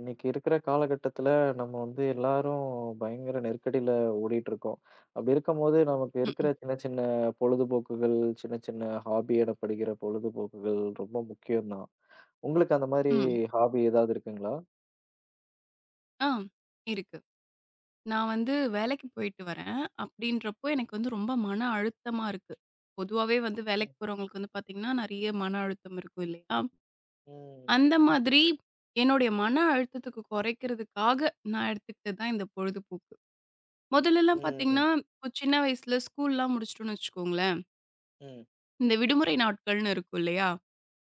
இன்னைக்கு இருக்கிற காலகட்டத்துல நம்ம வந்து எல்லாரும் பயங்கர நெருக்கடியில ஓடிட்டு இருக்கோம். அப்படி இருக்கும்போது நமக்கு ம்ஹ்ம். இருக்கிற சின்ன சின்ன பொழுதுபோக்குகள், சின்ன சின்ன ஹாபி எனப்படுகிற பொழுதுபோக்குகள் ரொம்ப முக்கியம் தான். உங்களுக்கு அந்த மாதிரி ம். ஹாபி ஏதாவது இருக்குங்களா? ஆ, இருக்கு. நான் வந்து வேலைக்கு போயிட்டு வரேன். அப்படின்றப்போ எனக்கு வந்து ரொம்ப மன அழுத்தமா இருக்கு. பொதுவாவே வந்து வேலைக்கு போறவங்களுக்கு வந்து பார்த்தீங்கன்னா, நெறைய மன அழுத்தம் இருக்கும் இல்லையா? ம், அந்த மாதிரி என்னுடைய மன அழுத்தத்துக்கு குறைக்கிறதுக்காக நான் எடுத்துக்கிட்டது தான் இந்த பொழுதுபோக்கு. ம், முதல்லலாம் ம், பார்த்தீங்கன்னா, இப்போ சின்ன வயசுல ஸ்கூல்லாம் முடிச்சுட்டோம்னு வச்சுக்கோங்களேன், ம், இந்த விடுமுறை நாட்கள்னு இருக்கும் இல்லையா?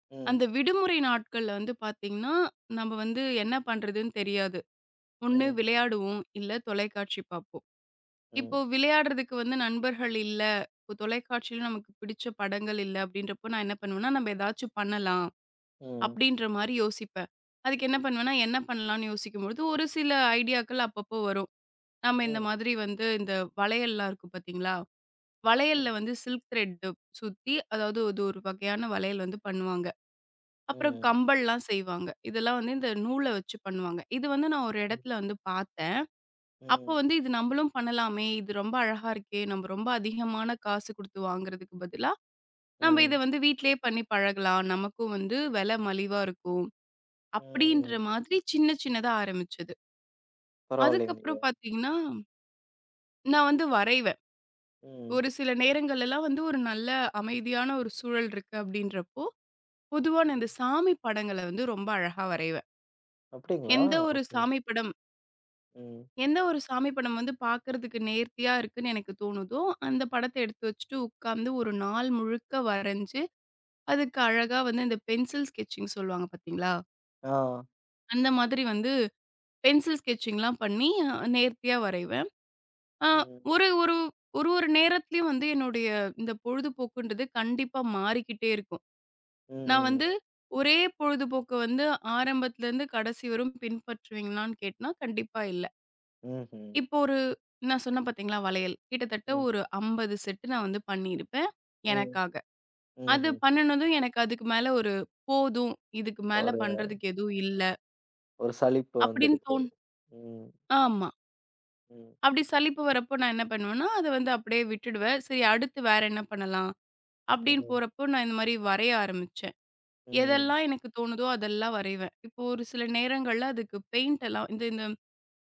ம், அந்த விடுமுறை நாட்கள்ல வந்து பார்த்தீங்கன்னா, நம்ம வந்து என்ன பண்றதுன்னு தெரியாது. ஒண்ணு ம், விளையாடுவோம், இல்ல தொலைக்காட்சி பார்ப்போம். இப்போ ம், விளையாடுறதுக்கு வந்து நண்பர்கள் இல்ல. இப்போ தொலைக்காட்சியில நமக்கு பிடிச்ச படங்கள் இல்ல அப்படின்றப்போ நான் என்ன பண்ணுவேன்னா, நம்ம ஏதாச்சும் பண்ணலாம் ம், அப்படின்ற மாரி யோசிப்பேன். அதுக்கு என்ன பண்ணுவேன்னா, என்ன பண்ணலான்னு யோசிக்கும்பொழுது ஒரு சில ஐடியாக்கள் அப்பப்போ வரும். நம்ம இந்த ம், மாதிரி வந்து இந்த வளையல்லாம் இருக்கும் பார்த்தீங்களா? வளையல்ல ம், வந்து சில்க் த்ரெட் சுத்தி அதாவது அது ஒரு வகையான வளையல் வந்து பண்ணுவாங்க. அப்புறம் ம், கம்பல்லாம் செய்வாங்க. இதெல்லாம் வந்து இந்த நூல வச்சு பண்ணுவாங்க. இது வந்து நான் ஒரு இடத்துல வந்து பார்த்தேன். அப்போ ம், வந்து இது நம்பளும் பண்ணலாமே! இது ரொம்ப அழகா இருக்கே! நம்ம ரொம்ப அதிகமான காசு குடுத்து வாங்குறதுக்கு பதிலா, நம்ம இத ம், வந்து வீட்லயே பண்ணி பழகலாம். நமக்கும் வந்து விலை மலிவா இருக்கும். அப்படின்ற ம். மாதிரி சின்ன சின்னதா ஆரம்பிச்சது. பரவாயில்லைங்களே. அதுக்கப்புறம் பார்த்தீங்கன்னா, நான் வந்து வரைவேன். ம், ஒரு சில நேரங்கள்லலாம் வந்து ஒரு நல்ல அமைதியான ஒரு சூழல் இருக்கு அப்படின்றப்போ, பொதுவா நான் இந்த ம். சாமி படங்கள வந்து ரொம்ப அழகா வரைவேன். அப்படிங்களா? எந்த ஒரு ஓகே. சாமி படம் ம். எந்த ஒரு சாமி படம் வந்து பார்க்கறதுக்கு நேர்த்தியா இருக்குன்னு எனக்கு தோணுதோ, அந்த படத்த எடுத்து வச்சுட்டு உட்கார்ந்து ஒரு நாள் முழுக்க வரைஞ்சு, அதுக்கு அழகா வந்து இந்த பென்சில் ஸ்கெட்சிங் சொல்லுவாங்க பார்த்தீங்களா? ஆ. அந்த மாதிரி வந்து பென்சில் ஸ்கெட்சிங்லாம் பண்ணி நேர்த்தியா வரைவேன். அ ம், ஒரு ஒரு ஒரு ஒரு நேரத்திலயும் வந்து என்னுடைய இந்த பொழுதுபோக்குன்றது கண்டிப்பா மாறிக்கிட்டே இருக்கும். நான் ம். வந்து ஒரே பொழுதுபோக்க வந்து ஆரம்பத்துலருந்து கடைசி வரும் பின்பற்றுவீங்களான்னு கேட்டனா, கண்டிப்பா இல்ல. ம்ஹ்ம். இப்போ ஒரு நான் சொன்னேன் பார்த்தீங்களா வளையல். கிட்டத்தட்ட ம். ஒரு 50 செட் நான் வந்து பண்ணியிருப்பேன், ம். எனக்காக. அது ம்ஹ்ஹ்ம். பண்ணுனதும் எனக்கு அதுக்கு மேல ஒரு போதும், இதுக்கு மேல ஒரு பண்றதுக்கு எதுவும் இல்ல ஒரு சலிப்பு அப்படின்னு வந்துடுச்சு. ம். ஆமா. ம். அப்படி சலிப்பு வரப்போ நான் என்ன பண்ணுவேன்னா, அத வந்து அப்படியே விட்டுடுவேன். சரி அடுத்து வேற என்ன பண்ணலாம்? அப்படின்னு ம். போறப்போ நான் இந்த மாரி வரைய ஆரம்பிச்சேன். ம். எதெல்லாம் எனக்கு தோணுதோ அதெல்லாம் வரைவேன். இப்போ ஒரு சில நேரங்கள்ல அதுக்கு பெயிண்ட் எல்லாம் இந்த இந்த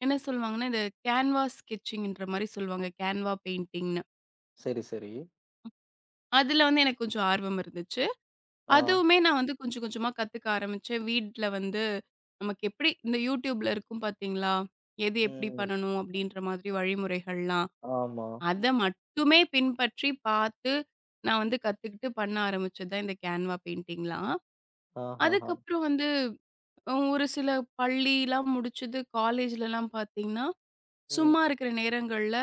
என்ன சொல்லுவாங்கன்னா, இந்த கேன்வாஸ் ஸ்கெட்சிங்ன்ற மாரி சொல்லுவாங்க. கேன்வா பெயிண்டிங்னு. சரி, சரி. அதுல வந்து எனக்கு கொஞ்சம் ஆர்வம் இருந்துச்சு. ஆ. அதுவுமே நான் வந்து கொஞ்சம் கொஞ்சமா கத்துக்க ஆரம்பிச்சேன். வீட்ல வந்து நமக்கு எப்படி இந்த YouTubeல இருக்கும் பார்த்தீங்களா? எது எப்படி ம். பண்ணணும் அப்படின்ற மாதிரி வழிமுறைகள்லாம். ஆமா. அத மட்டுமே பின்பற்றி பார்த்து நான் வந்து கத்துக்கிட்டு பண்ண ஆரம்பிச்சது தான் இந்த கேன்வா பெயிண்டிங்லாம். ஆஹஹா. அதுக்கப்புறம் வந்து ஒரு சில பள்ளிலாம் முடிச்சது காலேஜ்லலாம் பார்த்தீங்கன்னா, ம். சும்மா இருக்கிற நேரங்கள்ல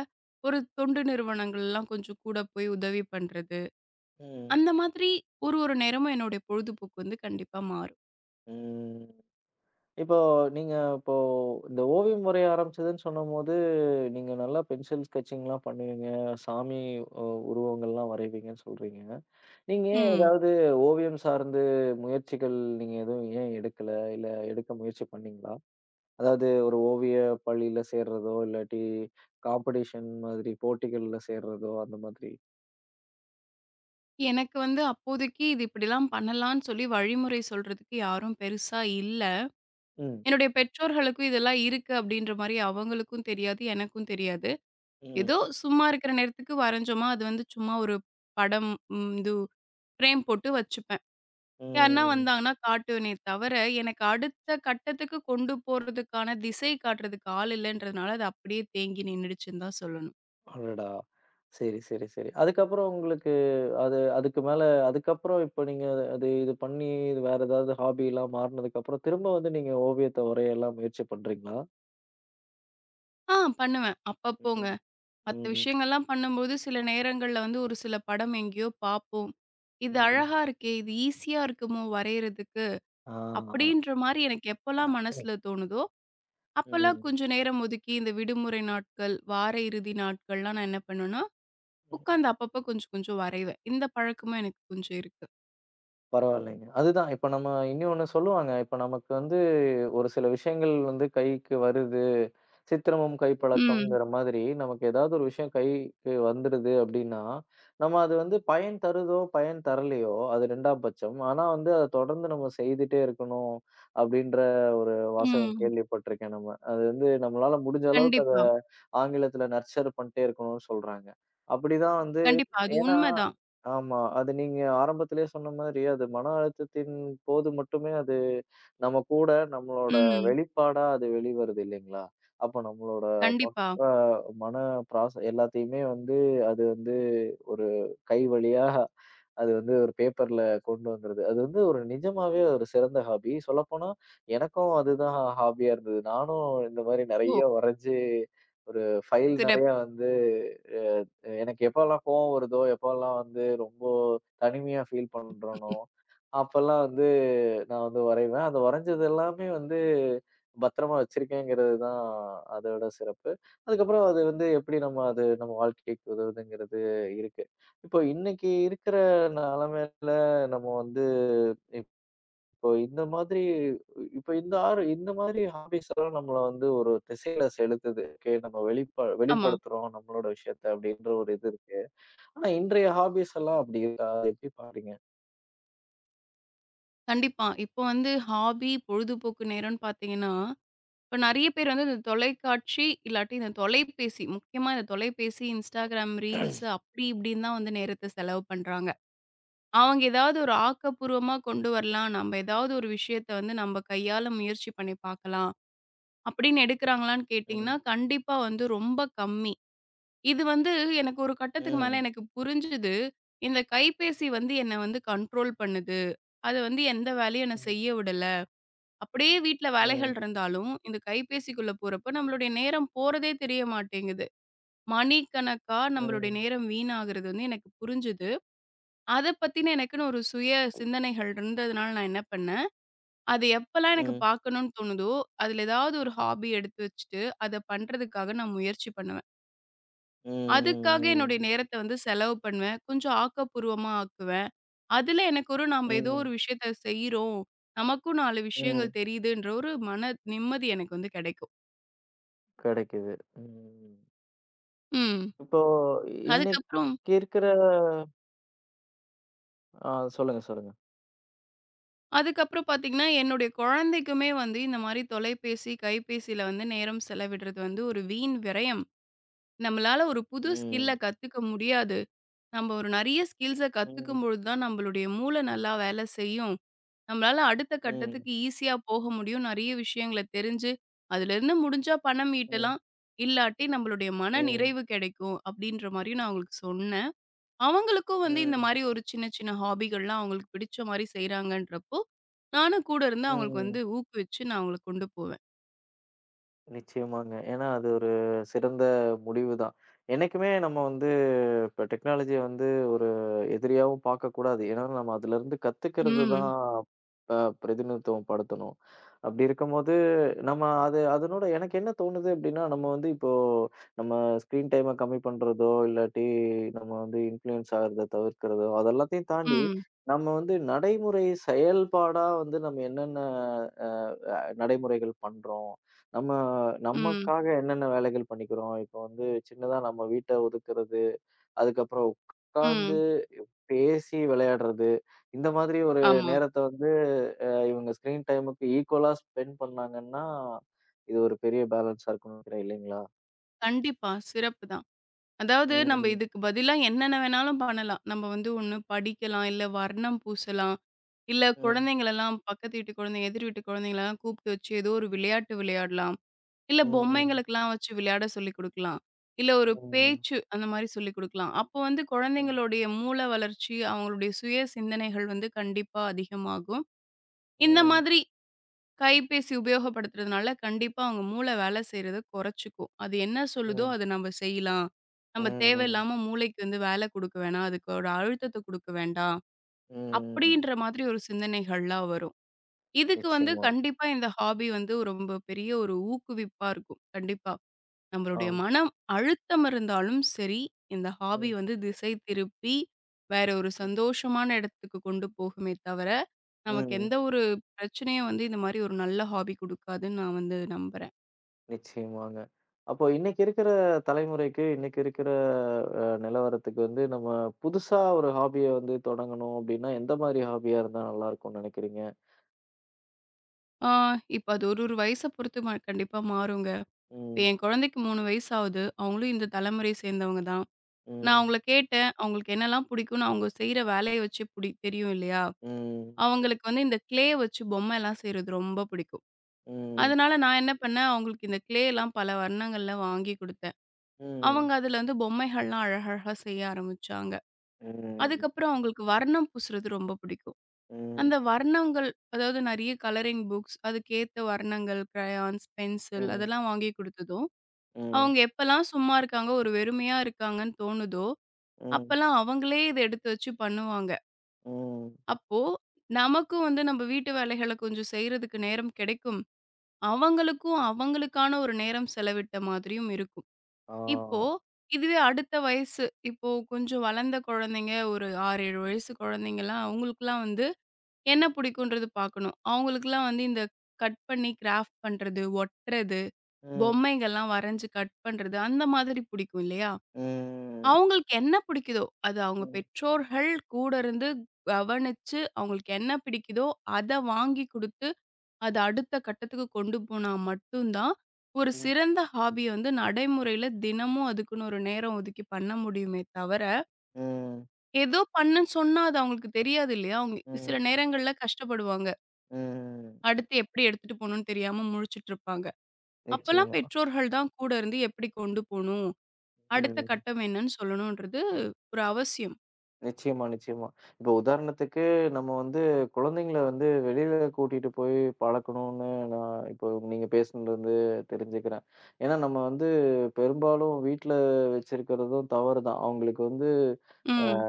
ஒரு தொண்டு நிறுவனங்கள்லாம் கொஞ்சம் கூட போய் உதவி பண்றது. ம். அந்த மாதிரி ஒரு ஒரு நேரமும் என்னுடைய பொழுதுபோக்கு வந்து கண்டிப்பா மாறும். ம். இப்போ நீங்க இப்போ இந்த ஓவியம் வரைய ஆரம்பிச்சதுன்னு சொன்னம்போது, நீங்க நல்லா பென்சில் ஸ்கெட்சிங்லாம் பண்ணுவீங்க. சாமி அ உருவங்கள்லாம் வரைவீங்கன்னு சொல்றீங்க. நீங்க ஏன் ம். ஏதாவது ஓவியம் சார்ந்து முயற்சிகள் நீங்க எதுவும் ஏன் எடுக்கல? இல்ல எடுக்க முயற்சி பண்ணீங்களா? அதாவது ஒரு ஓவிய பள்ளியில சேர்றதோ, இல்லாட்டி காம்படிஷன் மாதிரி போட்டிகள்ல சேர்றதோ அந்த மாதிரி. எனக்கு வந்து அப்போதைக்கு இது இப்படிலாம் பண்ணலான்னு சொல்லி வழிமுறை சொல்றதுக்கு யாரும் பெருசா இல்ல. ம், என்னுடைய பெற்றோர்களுக்கும் இதெல்லாம் இருக்கு அப்படின்ற மாரி அவங்களுக்கும் தெரியாது, எனக்கும் தெரியாது. ம், ஏதோ சும்மா இருக்கிற நேரத்துக்கு வரைஞ்சோமா, அது வந்து சும்மா ஒரு படம் இது ஃப்ரேம் போட்டு வச்சுப்பேன். யாருன்னா ம். வந்தாங்கன்னா காட்டுவேனே தவிர, எனக்கு அடுத்த கட்டத்துக்கு கொண்டு போறதுக்கான திசை காட்டுறதுக்கு ஆள் இல்லன்றதுனால, அது அப்படியே தேங்கி நின்னுடுச்சுன்னு தான் சொல்லணும். அடடா! சரி, சரி, சரி. அதுக்கப்புறம் உங்களுக்கு அது அதுக்கு மேல அதுக்கப்புறம் இப்ப நீங்க அது இது பண்ணி இது வேற ஏதாவது ஹாபிலாம் மாறுனதுக்கப்புறம் திரும்ப வந்து நீங்க ஓவியத்த வரையலாம் முயற்சி பண்றீங்களா? ஆ, பண்ணுவேன். அப்பப்போங்க. ம், மத்த ம், விஷயங்கள்லாம் பண்ணும்போது, சில நேரங்கள்ல வந்து ஒரு சில படம் எங்கேயோ பார்ப்போம். இது ம். அழகா இருக்கே! இது ஈஸியா இருக்குமோ வரையறதுக்கு. ஆ. அப்படின்ற மாரி எனக்கு எப்பலாம் மனசுல தோணுதோ, அப்பலாம் ம். கொஞ்சம் நேரம் ஒதுக்கி இந்த விடுமுறை நாட்கள், வார இறுதி நாட்கள்லாம் நான் என்ன பண்ணுவேன்னா, உட்காந்து அப்பப்போ கொஞ்சம் கொஞ்சம் வரைவேன். இந்த பழக்கமும் எனக்கு கொஞ்சம் இருக்கு. பரவாயில்லைங்க. அதுதான் இப்ப நம்ம இன்னொன்னு சொல்லுவாங்க. இப்ப நமக்கு வந்து ஒரு சில விஷயங்கள் வந்து கைக்கு வருது. சித்திரமும் ம். கைப்பழக்கம்ங்கிற மாதிரி நமக்கு ஏதாவது ஒரு விஷயம் கைக்கு வந்துடுது அப்படின்னா, நம்ம அது வந்து பயன் தருதோ, பயன் தரலையோ அது 2ஆம் பட்சம். ஆனா வந்து அத தொடர்ந்து நம்ம செய்துட்டே இருக்கணும் அப்படின்ற ஒரு வாசகம் ம். கேள்விப்பட்டிருக்கேன் நம்ம. அது வந்து நம்மளால முடிஞ்ச அளவுக்கு அத கண்டிப்பா. ஆங்கிலத்துல நர்ச்சர் பண்ணிட்டே இருக்கணும்னு சொல்றாங்க. அப்படிதான் வந்து கண்டிப்பா. அது ஏன்னா உண்மதான். ஆமா. அது நீங்க ஆரம்பத்திலேயே சொன்ன மாதிரி, அது மன அழுத்தத்தின் போது மட்டுமே அது நம்ம கூட நம்மளோட ம். வெளிப்பாடா அது வெளிவருது இல்லைங்களா? அப்ப நம்மளோட கண்டிப்பா. மொத்த மன ப்ராச எல்லாத்தையுமே வந்து அது வந்து ஒரு கை வழியா அது வந்து ஒரு பேப்பர்ல கொண்டு வந்துறது. அது வந்து ஒரு நிஜமாவே ஒரு சிறந்த ஹாபி. சொல்லப்போனா எனக்கும் அதுதான் ஹாபியா இருந்தது. நானும் இந்த மாரி நெறைய ஓ! வரைஞ்சு ஒரு ஃபைல் சிறப் நெறையா வந்து அ எனக்கு எப்பலாம் கோவம் வருதோ, எப்பலாம் வந்து ரொம்ப தனிமையா ஃபீல் பண்றேனோ, அப்பலாம் வந்து நான் வந்து வரைவேன். அது வரைஞ்சது எல்லாமே வந்து பத்திரமா வச்சிருக்கேங்கிறது தான் அதோட சிறப்பு. அதுக்கப்புறம் அது வந்து எப்படி நம்ம அது நம்ம வாழ்க்கைக்கு உதவுதுங்கிறது இருக்கு. இப்போ இன்னைக்கு இருக்கிற நிலைமையில நம்ம வந்து இப்போ இந்த மாதிரி இப்போ இந்த ஆறு இந்த மாதிரி ஹாபீஸ் எல்லாம் நம்மள வந்து ஒரு திசையில செலுத்துது. ஓகே நம்ம ஆமா. வெளிப்படுத்துறோம் நம்மளோட விஷயத்த அப்படின்ற ஒரு இது இருக்கு. ஆனா இன்றைய ஹாபீஸ் எல்லாம் அப்படி இருக்கா? அதை எப்படி பாக்குறீங்க? கண்டிப்பா. இப்போ வந்து ஹாபி, பொழுதுபோக்கு நேரம்ன்னு பார்த்தீங்கன்னா, இப்ப நெறைய பேர் வந்து இந்த தொலைக்காட்சி, இல்லாட்டி இந்த தொலைபேசி, முக்கியமா இந்த தொலைபேசி, Instagram ரீல்ஸ் அப்படி இப்படின்னு தான் வந்து நேரத்த செலவு பண்றாங்க. அவங்க ஏதாவது ஒரு ஆக்கப்பூர்வமா கொண்டு வரலாம், நம்ம ஏதாவது ஒரு விஷயத்த வந்து நம்ம கையால முயற்சி பண்ணி பார்க்கலாம், அப்படின்னு எடுக்கிறாங்களான்னு கேட்டீங்கன்னா, ம். கண்டிப்பா வந்து ரொம்ப கம்மி. இது வந்து எனக்கு ஒரு கட்டத்துக்கு மேல ம். எனக்கு புரிஞ்சுது. இந்த கைபேசி வந்து என்ன வந்து கண்ட்ரோல் பண்ணுது. அது வந்து எந்த வேலையும் என்ன ம். செய்ய விடல. அப்படியே வீட்ல வேலைகள் ம். இருந்தாலும், இந்த கைபேசிக்குள்ள போறப்ப நம்மளுடைய நேரம் போறதே தெரிய மாட்டேங்குது. மணிக்கணக்கா நம்மளுடைய ம். நேரம் வீணாகுறது வந்து எனக்கு புரிஞ்சுது. அத பத்தின எனக்குன்னு ஒரு சுய சிந்தனைகள் இருந்ததுனால நான் என்ன பண்ணேன், அது எப்பலாம் எனக்கு ம். பார்க்கணும்னு தோணுதோ, அதுல ஏதாவது ஒரு ஹாபி எடுத்து வச்சுட்டு, அத பண்றதுக்காக நான் முயற்சி பண்ணுவேன். ம், அதுக்காக ம், என்னுடைய ம். நேரத்த வந்து செலவு பண்ணுவேன். கொஞ்சம் ஆக்கப்பூர்வமா ஆக்குவேன். அதுல எனக்கு ஒரு நாம ஏதோ ம், ஒரு விஷயத்த செய்றோம். நமக்கும் 4 ம். விஷயங்கள் தெரியுதுன்ற ஒரு மன நிம்மதி எனக்கு வந்து கிடைக்கும். கிடைக்குது. ம். ம். இப்போ இன்னைக்கு அதுக்கப்புறம் இருக்கிற ஆ சொல்லுங்க, சொல்லுங்க. அதுக்கப்புறம் பார்த்தீங்கன்னா, என்னுடைய குழந்தைக்குமே வந்து இந்த மாரி தொலைபேசி, கைபேசியில வந்து நேரம் செலவிடுறது வந்து ஒரு வீண் விரயம். நம்மளால ஒரு புது ஸ்கில்ல ம், கத்துக்க முடியாது. நம்ம ஒரு நெறைய ஸ்கில்ஸ ம், கத்துக்கும்பொழுது தான் நம்மளுடைய மூளை நல்லா வேலை செய்யும். நம்மளால அடுத்த ம், கட்டத்துக்கு ஈஸியா போக முடியும். நெறைய விஷயங்கள தெரிஞ்சு, அதுலேருந்து முடிஞ்சா பணம் ம், ஈட்டலாம். இல்லாட்டி நம்மளுடைய மன ம், நிறைவு கிடைக்கும். அப்படின்ற மாரியும் நான் அவங்களுக்கு சொன்னேன். அவங்களுக்கும் வந்து இந்த ம், மாரி ஒரு சின்ன சின்ன ஹாபிகள்லாம் அவங்களுக்கு பிடிச்ச மாரி செய்றாங்கன்றப்போ, நானும் கூட இருந்து அவங்களுக்கு ம். வந்து ஊக்குவிச்சு நான் அவங்கள கொண்டு போவேன். நிச்சயமாங்க. ஏன்னா அது ஒரு சிறந்த முடிவுதான். என்னைக்குமே நம்ம வந்து இப்ப டெக்னாலஜிய வந்து ஒரு எதிரியாவும் பார்க்கக்கூடாது. ஏன்னா, நம்ம அதுலருந்து கத்துக்கிறது தான் ம். ப பிரதிநிதித்துவம் படுத்தணும். அப்படி இருக்கும்போது, நம்ம அது அதனோட எனக்கு என்ன தோணுது அப்படின்னா, நம்ம வந்து இப்போ நம்ம ஸ்க்ரீன் டைம கம்மி பண்றதோ, இல்லாட்டி நம்ம வந்து இன்ஃப்ளூயன்ஸ் ஆகுறத தவிர்க்கிறதோ, அது எல்லாத்தையும் தாண்டி ம். நம்ம வந்து நடைமுறை செயல்பாடா வந்து நம்ம என்னென்ன அ அ நடைமுறைகள் பண்றோம்? நம்ம ம். நமக்காக என்னென்ன வேலைகள் பண்ணிக்கிறோம்? இப்போ வந்து சின்னதா நம்ம வீட்ட ஒதுக்குறது அதுக்கப்புறம் உட்கார்ந்து ம். பேசி விளையாடுறது. இந்த மாதிரி ஒரு ஆமா. நேரத்த வந்து இவங்க ஸ்கிரீன் டைமுக்கு ஈக்குவலா ஸ்பெண்ட் பண்ணாங்கன்னா, இது ஒரு பெரிய பேலன்ஸா இருக்கும்னு நினைக்கிறேன் இல்லைங்களா? கண்டிப்பா. சிறப்பு தான். அதாவது ம், நம்ம ம், இதுக்கு பதிலா என்னென்ன வேணாலும் பண்ணலாம். நம்ம வந்து ஒண்ணு படிக்கலாம், இல்ல வர்ணம் பூசலாம், இல்ல ம், குழந்தைங்களெல்லாம் பக்கத்து வீட்டு குழந்தைங்க, எதிர் வீட்டு குழந்தைங்களலாம் கூப்பிட்டு வச்சு ஏதோ ஒரு விளையாட்டு விளையாடலாம். இல்ல ம், பொம்மைங்களுக்கெல்லாம் வச்சு விளையாட சொல்லிக் குடுக்கலாம். இல்ல ஒரு ம், பேச்சு அந்த மாரி சொல்லிக் குடுக்கலாம். அப்போ வந்து ம், குழந்தைங்களுடைய மூள வளர்ச்சி, அவங்களுடைய சுய சிந்தனைகள் வந்து கண்டிப்பா அதிகமாகும். இந்த ம், மாதிரி கைபேசி உபயோகப்படுத்துறதுனால கண்டிப்பா அவங்க மூளை வேலை செய்றத குறைச்சுக்கும். அது என்ன சொல்லுதோ ம், அத நம்ம செய்யலாம். நம்ம ம், தேவையில்லாம மூளைக்கு வந்து வேலை குடுக்க வேணாம். அதுக்கு ஒரு அழுத்தத்த குடுக்க வேண்டாம். ம். அப்படின்ற மாதிரி ஒரு சிந்தனைகள்லாம் வரும். இதுக்கு வந்து நிச்சயமா. கண்டிப்பா இந்த ஹாபி வந்து ஒரு ரொம்ப பெரிய ஒரு ஊக்குவிப்பா இருக்கும். கண்டிப்பா. நம்மளுடைய ஆம். மனம் அழுத்தம் இருந்தாலும் சரி, இந்த ஹாபி ம், வந்து திசை திருப்பி, வேற ஒரு ம், சந்தோஷமான இடத்துக்கு கொண்டு போகுமே தவிர, நமக்கு ம். எந்த ஒரு பிரச்சனையும் வந்து இந்த மாரி ஒரு நல்ல ஹாபி குடுக்காதுன்னு நான் வந்து நம்புறேன். நிச்சயமாங்க. அப்போ இன்னைக்கு இருக்கிற தலைமுறைக்கு, இன்னைக்கு இருக்கிற நிலவரத்துக்கு வந்து நம்ம புதுசா ஒரு ஹாபிய வந்து தொடங்கணும் அப்டின்னா, எந்த மாரி ஹாபியா இருந்தா நல்லாருக்கும்னு நெனைக்கிறீங்க? ஆ, இப்ப அது ஒரு ஒரு வயச பொறுத்து கண்டிப்பா மாறுங்க. இப்ப ம், என் குழந்தைக்கு 3 வயசு ஆவுது. அவங்களும் இந்த தலைமுறைய சேர்ந்தவங்க தான். நான் ம், அவங்கள கேட்டேன், அவங்களுக்கு என்னலாம் புடிக்கும்னு அவங்க செய்ற வேலைய வச்சு புடி தெரியும் இல்லையா? ம், அவங்களுக்கு வந்து இந்த கிளே வச்சு பொம்மைலாம் செய்றது ரொம்ப பிடிக்கும். ம், அதனால நான் என்ன பண்ணேன், அவங்களுக்கு இந்த க்ளேலாம் பல வண்ணங்கள்ல வாங்கி குடுத்தேன். ம், அவங்க அதுல வந்து பொம்மைகள்லாம் அழகழகா செய்ய ஆரம்பிச்சாங்க. ம், ம், அதுக்கப்புறம் அவங்களுக்கு வர்ணம் பூசுறது ரொம்ப பிடிக்கும். ம், அந்த வர்ணங்கள் அதாவது நெறைய கலரிங் புக்ஸ், அதுக்கேத்த வர்ணங்கள், கிரையான்ஸ், பென்சில் ம், அதெல்லாம் வாங்கி குடுத்ததும், ம், அவங்க எப்பலாம் சும்மா இருக்காங்க, ஒரு வெறுமையா இருக்காங்கன்னு தோணுதோ, அப்பலாம் அவங்களே இத எடுத்து வச்சு பண்ணுவாங்க. ம். அப்போ நமக்கும் வந்து நம்ம வீட்டு வேலைகள கொஞ்சம் செய்றதுக்கு நேரம் கிடைக்கும். அவங்களுக்கும் அவங்களுக்கான ஒரு நேரம் செலவிட்ட மாதிரியும் இருக்கும். ஆ. இப்போ, இதுவே அடுத்த வயசு, இப்போ கொஞ்சம் வளர்ந்த குழந்தைங்க, ஒரு 6, 7 வயசு குழந்தைங்கலாம், அவங்களுக்குலாம் வந்து என்ன பிடிக்குன்றது பார்க்கணும். அவங்களுக்குலாம் வந்து இந்த கட் பண்ணி கிராஃப்ட் பண்றது, ஒட்டுறது, ம், பொம்மைகள்லாம் வரைஞ்சு கட் பண்றது, அந்த மாதிரி பிடிக்கும் இல்லையா? ம், அவங்களுக்கு என்ன பிடிக்குதோ, அது அவங்க ம், பெற்றோர்கள் கூட இருந்து கவனிச்சு, அவங்களுக்கு என்ன பிடிக்குதோ, அத வாங்கி குடுத்து அது அடுத்த கட்டத்துக்கு கொண்டு போனா மட்டும் தான், ஒரு ம், சிறந்த ஹாபிய வந்து நடைமுறையில தினமும் அதுக்குன்னு ஒரு நேரம் ஒதுக்கி பண்ண முடியுமே தவிர, ம், ஏதோ பண்ணுன்னு சொன்னா அது அவங்களுக்கு தெரியாது இல்லையா? அவங்க சில ம், நேரங்கள்ல கஷ்டப்படுவாங்க. ம். அடுத்து எப்படி எடுத்துட்டு போணும்னு தெரியாம முழிச்சுட்டுருப்பாங்க. அப்பலாம் நிச்சயமா. பெற்றோர்கள் தான் கூட இருந்து எப்படி கொண்டு போணும், அடுத்த ம். கட்டம் என்னன்னு சொல்லணுன்றது ஒரு அவசியம். நிச்சயமா, நிச்சயமா. இப்போ உதாரணத்துக்கு நம்ம வந்து குழந்தைங்கள வந்து வெளியில கூட்டிட்டு போய் பழக்கணும்னு நான் இப்போ நீங்க பேசுனதுலருந்து தெரிஞ்சுக்கிறேன். ஏன்னா நம்ம வந்து பெரும்பாலும் வீட்ல வச்சிருக்கிறதும் தவறு தான். அவங்களுக்கு வந்து அ ம்,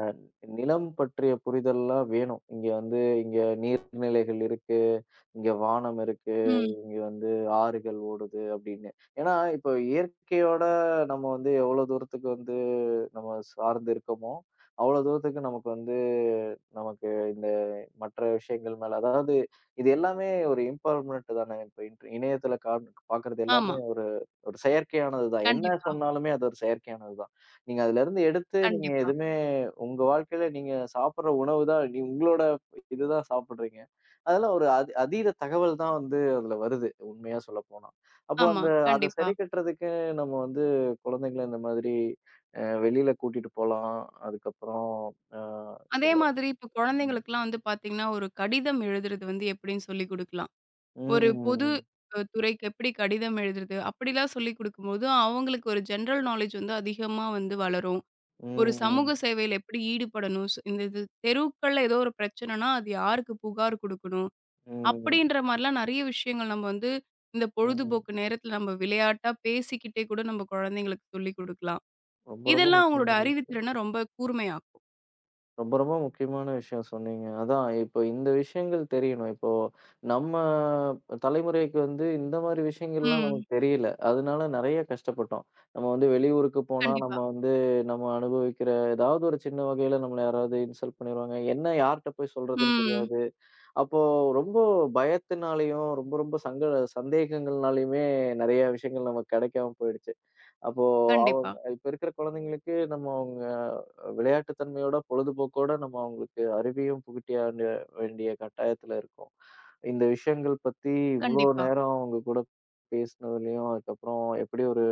நிலம் பற்றிய புரிதல்லாம் வேணும். இங்க வந்து இங்க நீர்நிலைகள் இருக்கு, இங்க வானம் இருக்கு. ம். இங்க வந்து ஆறுகள் ஓடுது அப்படின்னு. ஏன்னா, இப்போ இயற்கையோட நம்ம வந்து எவ்வளோ தூரத்துக்கு வந்து நம்ம சார்ந்து இருக்கோமோ, அவ்வளோ தூரத்துக்கு நமக்கு வந்து நமக்கு இந்த மற்ற விஷயங்கள் மேல அதாவது இது எல்லாமே ஒரு இம்பெர்மனன்ட் தானே. இப்ப இணையத்துல பார்க்குறது ஆமா. எல்லாமே ஒரு ஒரு செயற்கையானது தான். என்ன கண்டிப்பா, சொன்னாலுமே அது ஒரு செயற்கையானது தான். நீங்க அதுலருந்து எடுத்து நீங்க கண்டிப்பா. எதுவுமே உங்க வாழ்க்கையில நீங்க சாப்பிடுற உணவு தான் உங்களோட இதுதான் சாப்பிடுறீங்க. அதெல்லாம் ஒரு அதீத தகவல் தான் வந்து அதுல வருது உண்மையா சொல்லப்போனா. அப்போ ஆமா, அந்த அத கண்டிப்பா. சரி கட்டுறதுக்கு நம்ம வந்து குழந்தைங்கள இந்த மாதிரி வெளியில கூட்டிட்டு போலாம். அதுக்கப்புறம் அ அதே சில மாதிரி இப்ப ம். குழந்தைங்களுக்குலாம் வந்து பார்த்தீங்கன்னா, ஒரு கடிதம் எழுதுறது வந்து எப்படின்னு சொல்லிக் குடுக்கலாம். ஒரு பொது ம். துறைக்கு எப்படி கடிதம் எழுதுறது? அப்படிலாம் சொல்லிக் குடுக்கும்போது, அவங்களுக்கு ஒரு ஜெனரல் நாலேட்ஜ் வந்து அதிகமா வந்து வளரும். ஒரு சமூக ம். சேவையில எப்படி ஈடுபடணும்? இந்த இது தெருக்கள்ல ஏதோ ஒரு பிரச்சனைனா, அது யாருக்கு புகார் குடுக்கணும்? ம். அப்படின்ற மாரிலாம் நெறைய விஷயங்கள் நம்ம வந்து இந்த ம். பொழுதுபோக்கு நேரத்துல நம்ம விளையாட்டா பேசிக்கிட்டே கூட நம்ம குழந்தைங்களுக்கு சொல்லிக் குடுக்கலாம். ரொம்ப ரொம்ப இதெல்லாம் அவங்களோட முக்கியமானது. அறிவுத்திறன ரொம்ப கூர்மையாக்கும். ரொம்ப ரொம்ப முக்கியமான விஷயம் சொன்னீங்க. அதான் இப்போ இந்த விஷயங்கள் தெரியணும். இப்போ நம்ம தலைமுறைக்கு வந்து இந்த மாரி விஷயங்கள்லாம் ம். நமக்கு தெரியல. அதனால நெறைய கஷ்டப்பட்டோம். நம்ம வந்து வெளியூருக்கு போனா நம்ம கண்டிப்பா. வந்து நம்ம அனுபவிக்கிற ஏதாவது ஒரு சின்ன வகையில நம்மள யாராவது இன்சல்ட் பண்ணிருவாங்க. என்ன யார்ட்ட போய் சொல்றதுன்னு ம். தெரியாது. அப்போ ரொம்ப பயத்தினாலயும், ரொம்ப ரொம்ப சந்தேகங்கள்னாலயுமே நெறைய விஷயங்கள் நமக்கு கிடைக்காம போயிடுச்சு. அப்போ கண்டிப்பா, அவங்க இப்ப இருக்கிற குழந்தைங்களுக்கு நம்ம அவங்க விளையாட்டு தன்மையோட, பொழுதுபோக்கோட நம்ம அவங்களுக்கு அறிவையும் புகுட்டிய வேண்டிய வேண்டிய கட்டாயத்துல இருக்கோம். இந்த விஷயங்கள் பத்தி இவ்ளோ கண்டிப்பா. நேரம் உங்க கூட பேசினதுலயும், அதுக்கப்புறம் எப்படி ஒரு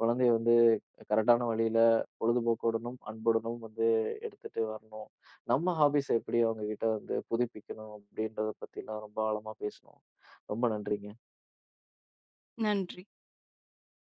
குழந்தைய வந்து கரெக்டான வழியில பொழுதுபோக்குடனும், அன்புடனும் வந்து எடுத்துட்டு வரணும். நம்ம ஹாபீஸ எப்படி அவங்க கிட்ட வந்து புதுப்பிக்கணும் அப்படின்றத பத்திலாம் ரொம்ப ஆழமா பேசினோம். ரொம்ப நன்றிங்க. நன்றி.